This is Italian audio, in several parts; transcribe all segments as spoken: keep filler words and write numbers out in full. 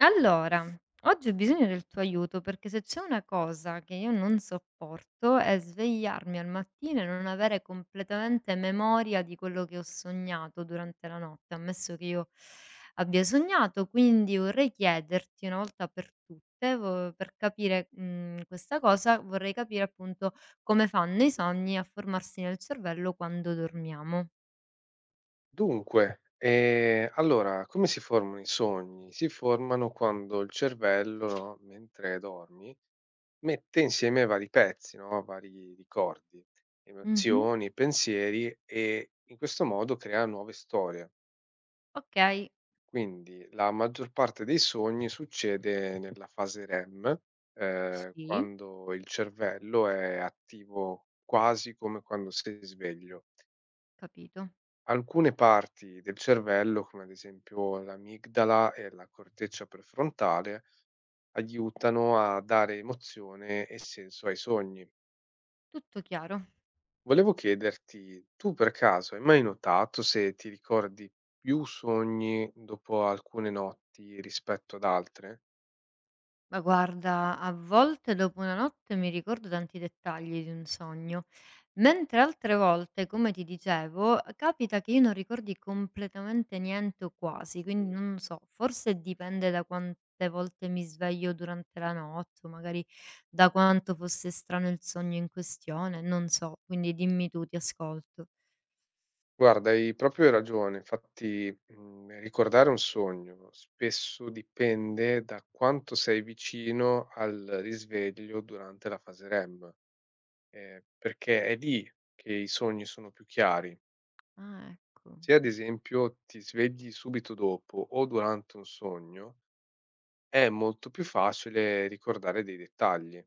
Allora, oggi ho bisogno del tuo aiuto perché se c'è una cosa che io non sopporto è svegliarmi al mattino e non avere completamente memoria di quello che ho sognato durante la notte, ammesso che io abbia sognato, quindi vorrei chiederti una volta per tutte, vo- per capire mm, questa cosa, vorrei capire appunto come fanno i sogni a formarsi nel cervello quando dormiamo. Dunque, ehm, allora come si formano i sogni? Si formano quando il cervello, no, mentre dormi, mette insieme vari pezzi, no, vari ricordi, Mhm. emozioni, pensieri e in questo modo crea nuove storie. Ok. Quindi la maggior parte dei sogni succede nella fase R E M, ehm, Sì, quando il cervello è attivo quasi come quando sei sveglio. capito, Alcune parti del cervello, come ad esempio l'amigdala e la corteccia prefrontale, aiutano a dare emozione e senso ai sogni. tutto chiaro. Volevo chiederti, tu per caso hai mai notato se ti ricordi più sogni dopo alcune notti rispetto ad altre? Ma guarda, a volte dopo una notte mi ricordo tanti dettagli di un sogno, mentre altre volte, come ti dicevo, capita che io non ricordi completamente niente o quasi, quindi Mm. non so, forse dipende da quante volte mi sveglio durante la notte, o magari da quanto fosse strano il sogno in questione, non so, quindi dimmi tu, ti ascolto. Guarda, hai proprio ragione. Infatti, mm, ricordare un sogno spesso dipende da quanto sei vicino al risveglio durante la fase R E M. Ehm, perché è lì che i sogni sono più chiari. Ah, ecco. Se ad esempio ti svegli subito dopo o durante un sogno, è molto più facile ricordare dei dettagli,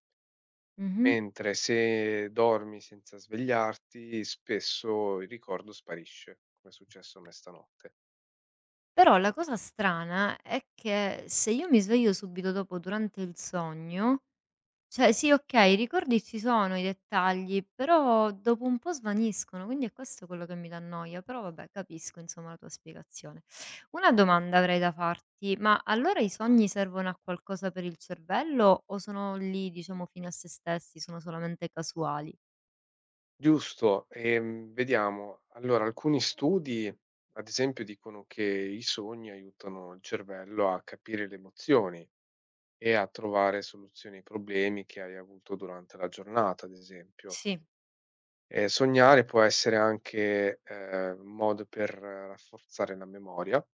Mhm. mentre se dormi senza svegliarti, spesso il ricordo sparisce, come è successo a me stanotte. Però la cosa strana è che se io mi sveglio subito dopo durante il sogno, cioè sì, okay, i ricordi ci sono, i dettagli, però dopo un po' svaniscono, quindi è questo quello che mi dà noia, però vabbè capisco insomma la tua spiegazione. Una domanda avrei da farti, ma allora i sogni servono a qualcosa per il cervello o sono lì diciamo fine a sé stessi, sono solamente casuali? Giusto, ehm, vediamo. Allora, alcuni studi ad esempio dicono che i sogni aiutano il cervello a capire le emozioni e a trovare soluzioni ai problemi che hai avuto durante la giornata, ad esempio. Sì. Ehm, sognare può essere anche, ehm, un modo per rafforzare la memoria,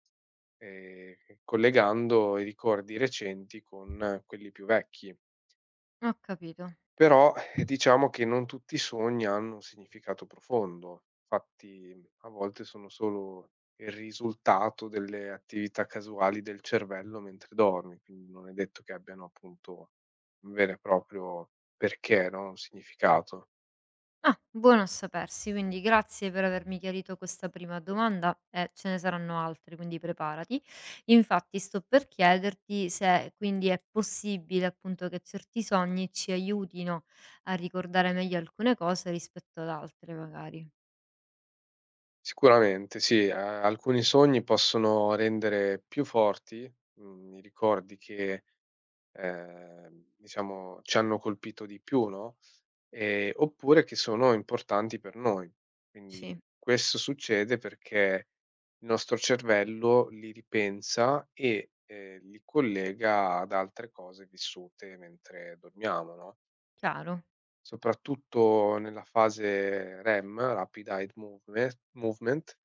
ehm, collegando i ricordi recenti con quelli più vecchi. Ho capito. Però, eh, diciamo che non tutti i sogni hanno un significato profondo. Fatti, a volte sono solo il risultato delle attività casuali del cervello mentre dormi, quindi non è detto che abbiano appunto un vero e proprio perché, no, un significato. Ah, buono a sapersi, quindi grazie per avermi chiarito questa prima domanda e ce ne saranno altre, quindi preparati. Infatti sto per chiederti se quindi è possibile appunto che certi sogni ci aiutino a ricordare meglio alcune cose rispetto ad altre magari. Sicuramente sì, a alcuni sogni possono rendere più forti, mhmm, i ricordi che, ehm, diciamo ci hanno colpito di più, no, Ehm, oppure che sono importanti per noi. Sì, Quindi questo succede perché il nostro cervello li ripensa e, ehm, li collega ad altre cose vissute mentre dormiamo, no, chiaro. soprattutto nella fase R E M, Rapid Eye Moveme Movement,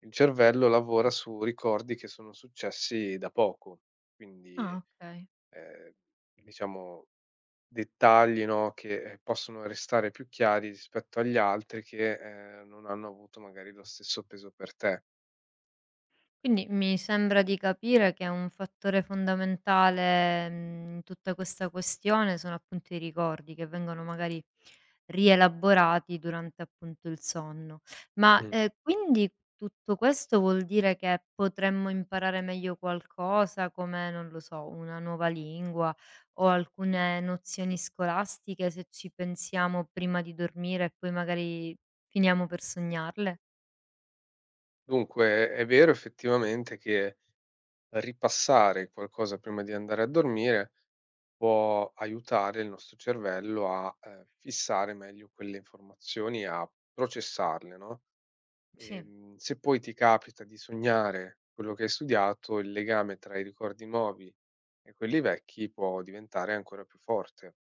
il cervello lavora su ricordi che sono successi da poco. Quindi, Ah, ok. ehm, diciamo dettagli, no, che, ehm, possono restare più chiari rispetto agli altri che, ehm, non hanno avuto magari lo stesso peso per te. Quindi mi sembra di capire che un fattore fondamentale, mhmm, in tutta questa questione sono appunto i ricordi che vengono magari rielaborati durante appunto il sonno. Ma, Mh. ehm, quindi tutto questo vuol dire che potremmo imparare meglio qualcosa come, non lo so, una nuova lingua o alcune nozioni scolastiche se ci pensiamo prima di dormire e poi magari finiamo per sognarle? Dunque è vero effettivamente che ripassare qualcosa prima di andare a dormire può aiutare il nostro cervello a, ehm, fissare meglio quelle informazioni, a processarle, no, Sì, ehm, se poi ti capita di sognare quello che hai studiato, il legame tra i ricordi nuovi e quelli vecchi può diventare ancora più forte.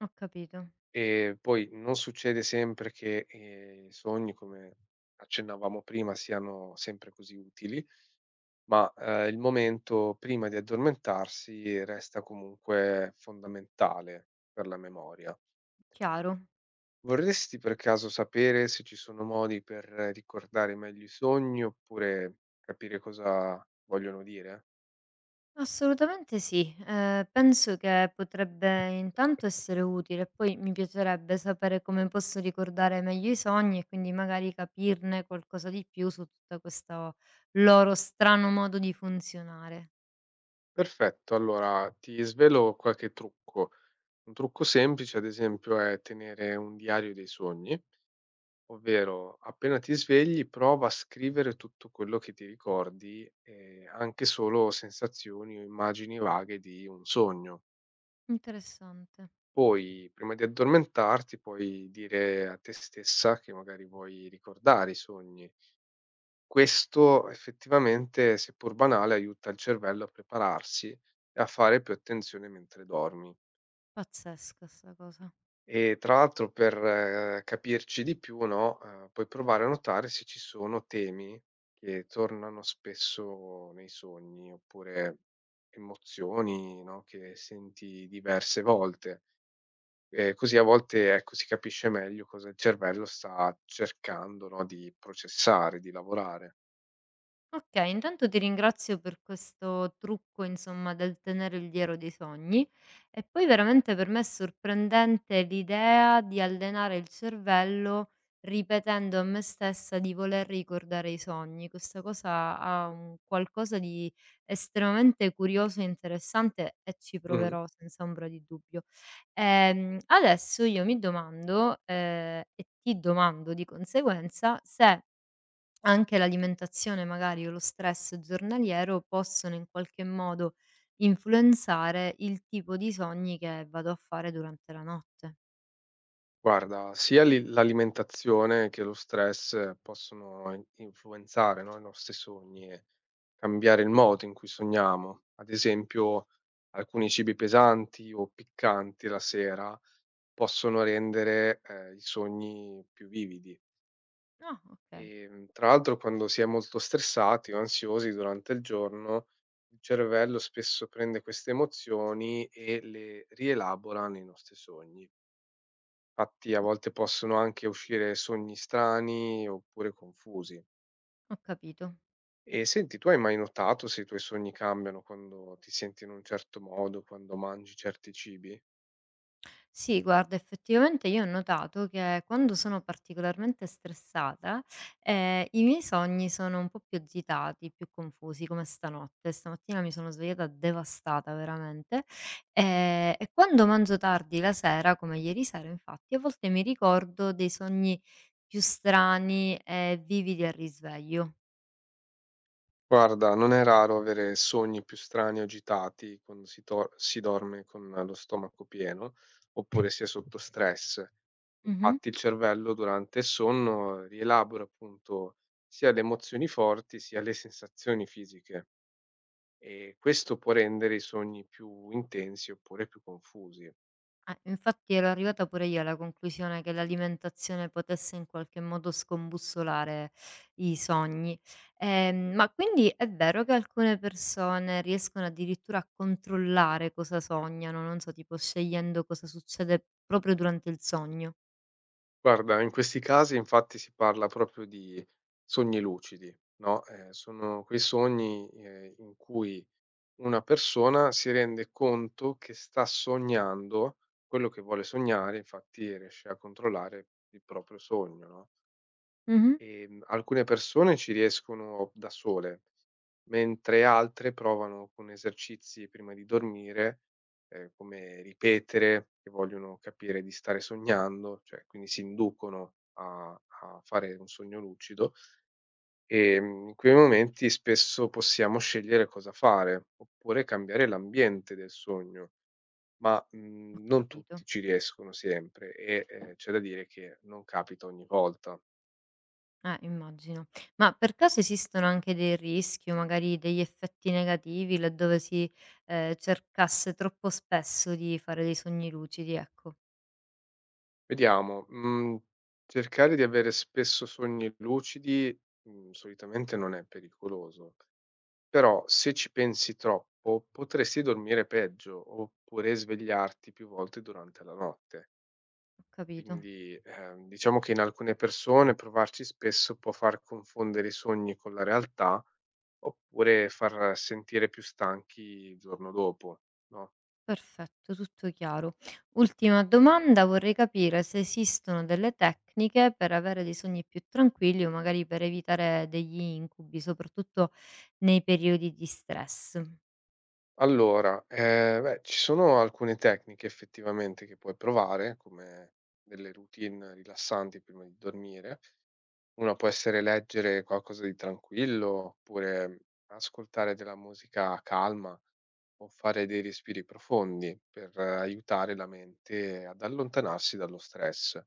ho capito. E poi non succede sempre che, ehm, i sogni, come accennavamo prima, siano sempre così utili, ma, ehm, il momento prima di addormentarsi resta comunque fondamentale per la memoria. Chiaro. Vorresti per caso sapere se ci sono modi per ricordare meglio i sogni oppure capire cosa vogliono dire? Assolutamente sì, ehm, penso che potrebbe intanto essere utile, poi mi piacerebbe sapere come posso ricordare meglio i sogni e quindi magari capirne qualcosa di più su tutta questo loro strano modo di funzionare. Perfetto, allora ti svelo qualche trucco. Un trucco semplice, ad esempio, è tenere un diario dei sogni. Ovvero, appena ti svegli prova a scrivere tutto quello che ti ricordi, ehm, anche solo sensazioni o immagini vaghe di un sogno. Interessante, Poi, prima di addormentarti, puoi dire a te stessa che magari vuoi ricordare i sogni. Questo effettivamente, seppur banale, aiuta il cervello a prepararsi e a fare più attenzione mentre dormi. pazzesca 'sta cosa. E tra l'altro per eh, capirci di più, no, ehm, puoi provare a notare se ci sono temi che tornano spesso nei sogni, oppure emozioni, no, che senti diverse volte. Ehm, così a volte, ecco, si capisce meglio cosa il cervello sta cercando, no, di processare, di lavorare. Okay, intanto ti ringrazio per questo trucco, insomma, del tenere il diario dei sogni e poi veramente per me è sorprendente l'idea di allenare il cervello ripetendo a me stessa di voler ricordare i sogni. Questa cosa ha un qualcosa di estremamente curioso e interessante e ci Mh-mh. proverò senza ombra di dubbio. Ehm, adesso io mi domando, ehm, e ti domando di conseguenza se anche l'alimentazione magari o lo stress giornaliero possono in qualche modo influenzare il tipo di sogni che vado a fare durante la notte. Guarda, sia l'i l'alimentazione che lo stress possono in influenzare, no, i nostri sogni e cambiare il modo in cui sogniamo. Ad esempio, alcuni cibi pesanti o piccanti la sera possono rendere, ehm, i sogni più vividi. Ah, okay, Ehm, tra l'altro quando si è molto stressati o ansiosi durante il giorno, il cervello spesso prende queste emozioni e le rielabora nei nostri sogni. Fatti a ho volte possono anche uscire sogni strani oppure confusi. ho capito. E senti, tu hai mai notato se i tuoi sogni cambiano quando ti senti in un certo modo, quando mangi certi cibi? Sì, guarda, effettivamente io ho notato che quando sono particolarmente stressata, eh, i miei sogni sono un po' più agitati, più confusi, come stanotte. Stamattina mi sono svegliata devastata veramente. Eh, e quando mangio tardi la sera, come ieri sera, infatti, a volte mi ricordo dei sogni più strani e vividi al risveglio. Guarda, non è raro avere sogni più strani o agitati quando si, tor- si dorme con lo stomaco pieno oppure si è sotto stress. Mhm. Infatti il cervello durante il sonno rielabora appunto sia le emozioni forti sia le sensazioni fisiche. E questo può rendere i sogni più intensi oppure più confusi. Eh, infatti ero arrivata pure io alla conclusione che l'alimentazione potesse in qualche modo scombussolare i sogni. Ehm, ma quindi è vero che alcune persone riescono addirittura a controllare cosa sognano, non so, tipo scegliendo cosa succede proprio durante il sogno? Guarda, in questi casi infatti si parla proprio di sogni lucidi, no? Eh, sono quei sogni eh, in cui una persona si rende conto che sta sognando quello che vuole sognare, infatti riesce a controllare il proprio sogno, no? Mh-mh. Ehm, alcune persone ci riescono da sole, mentre altre provano con esercizi prima di dormire, ehm, come ripetere che vogliono capire di stare sognando, cioè quindi si inducono a a fare un sogno lucido. Ehm, in quei momenti spesso possiamo scegliere cosa fare, oppure cambiare l'ambiente del sogno, ma, Ho mhmm, non capito. tutti ci riescono sempre e, ehm, c'è da dire che non capita ogni volta. Eh, immagino. Ma per caso esistono anche dei rischi o magari degli effetti negativi laddove si, ehm, cercasse troppo spesso di fare dei sogni lucidi, ecco? Vediamo, mhmm, cercare di avere spesso sogni lucidi, mhmm, solitamente non è pericoloso, però se ci pensi troppo potresti dormire peggio, oppure svegliarti più volte durante la notte. Ho capito. Quindi, ehm, diciamo che in alcune persone provarci spesso può far confondere i sogni con la realtà, oppure far sentire più stanchi il giorno dopo, no? Perfetto, tutto chiaro. Ultima domanda, vorrei capire se esistono delle tecniche per avere dei sogni più tranquilli o magari per evitare degli incubi, soprattutto nei periodi di stress. Allora, ehm, beh, ci sono alcune tecniche effettivamente che puoi provare, come delle routine rilassanti prima di dormire. Una può essere leggere qualcosa di tranquillo, oppure ascoltare della musica calma, o fare dei respiri profondi per eh, aiutare la mente ad allontanarsi dallo stress.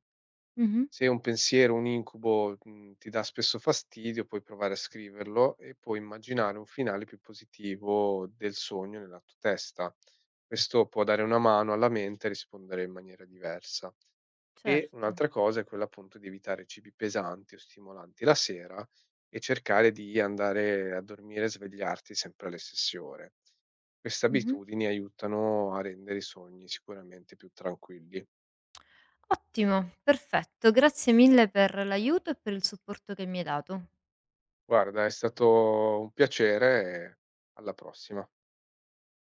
Mh-mh, Se un pensiero, un incubo, mhmm, ti dà spesso fastidio, puoi provare a scriverlo e puoi immaginare un finale più positivo del sogno nella tua testa. Questo può dare una mano alla mente a rispondere in maniera diversa. E certo. un'altra cosa è quella appunto di evitare cibi pesanti o stimolanti la sera e cercare di andare a dormire e svegliarti sempre alle stesse ore. Queste Mh-mh. abitudini aiutano a rendere i sogni sicuramente più tranquilli. Ottimo, perfetto. Grazie mille per l'aiuto e per il supporto che mi hai dato. Guarda, è stato un piacere e alla prossima.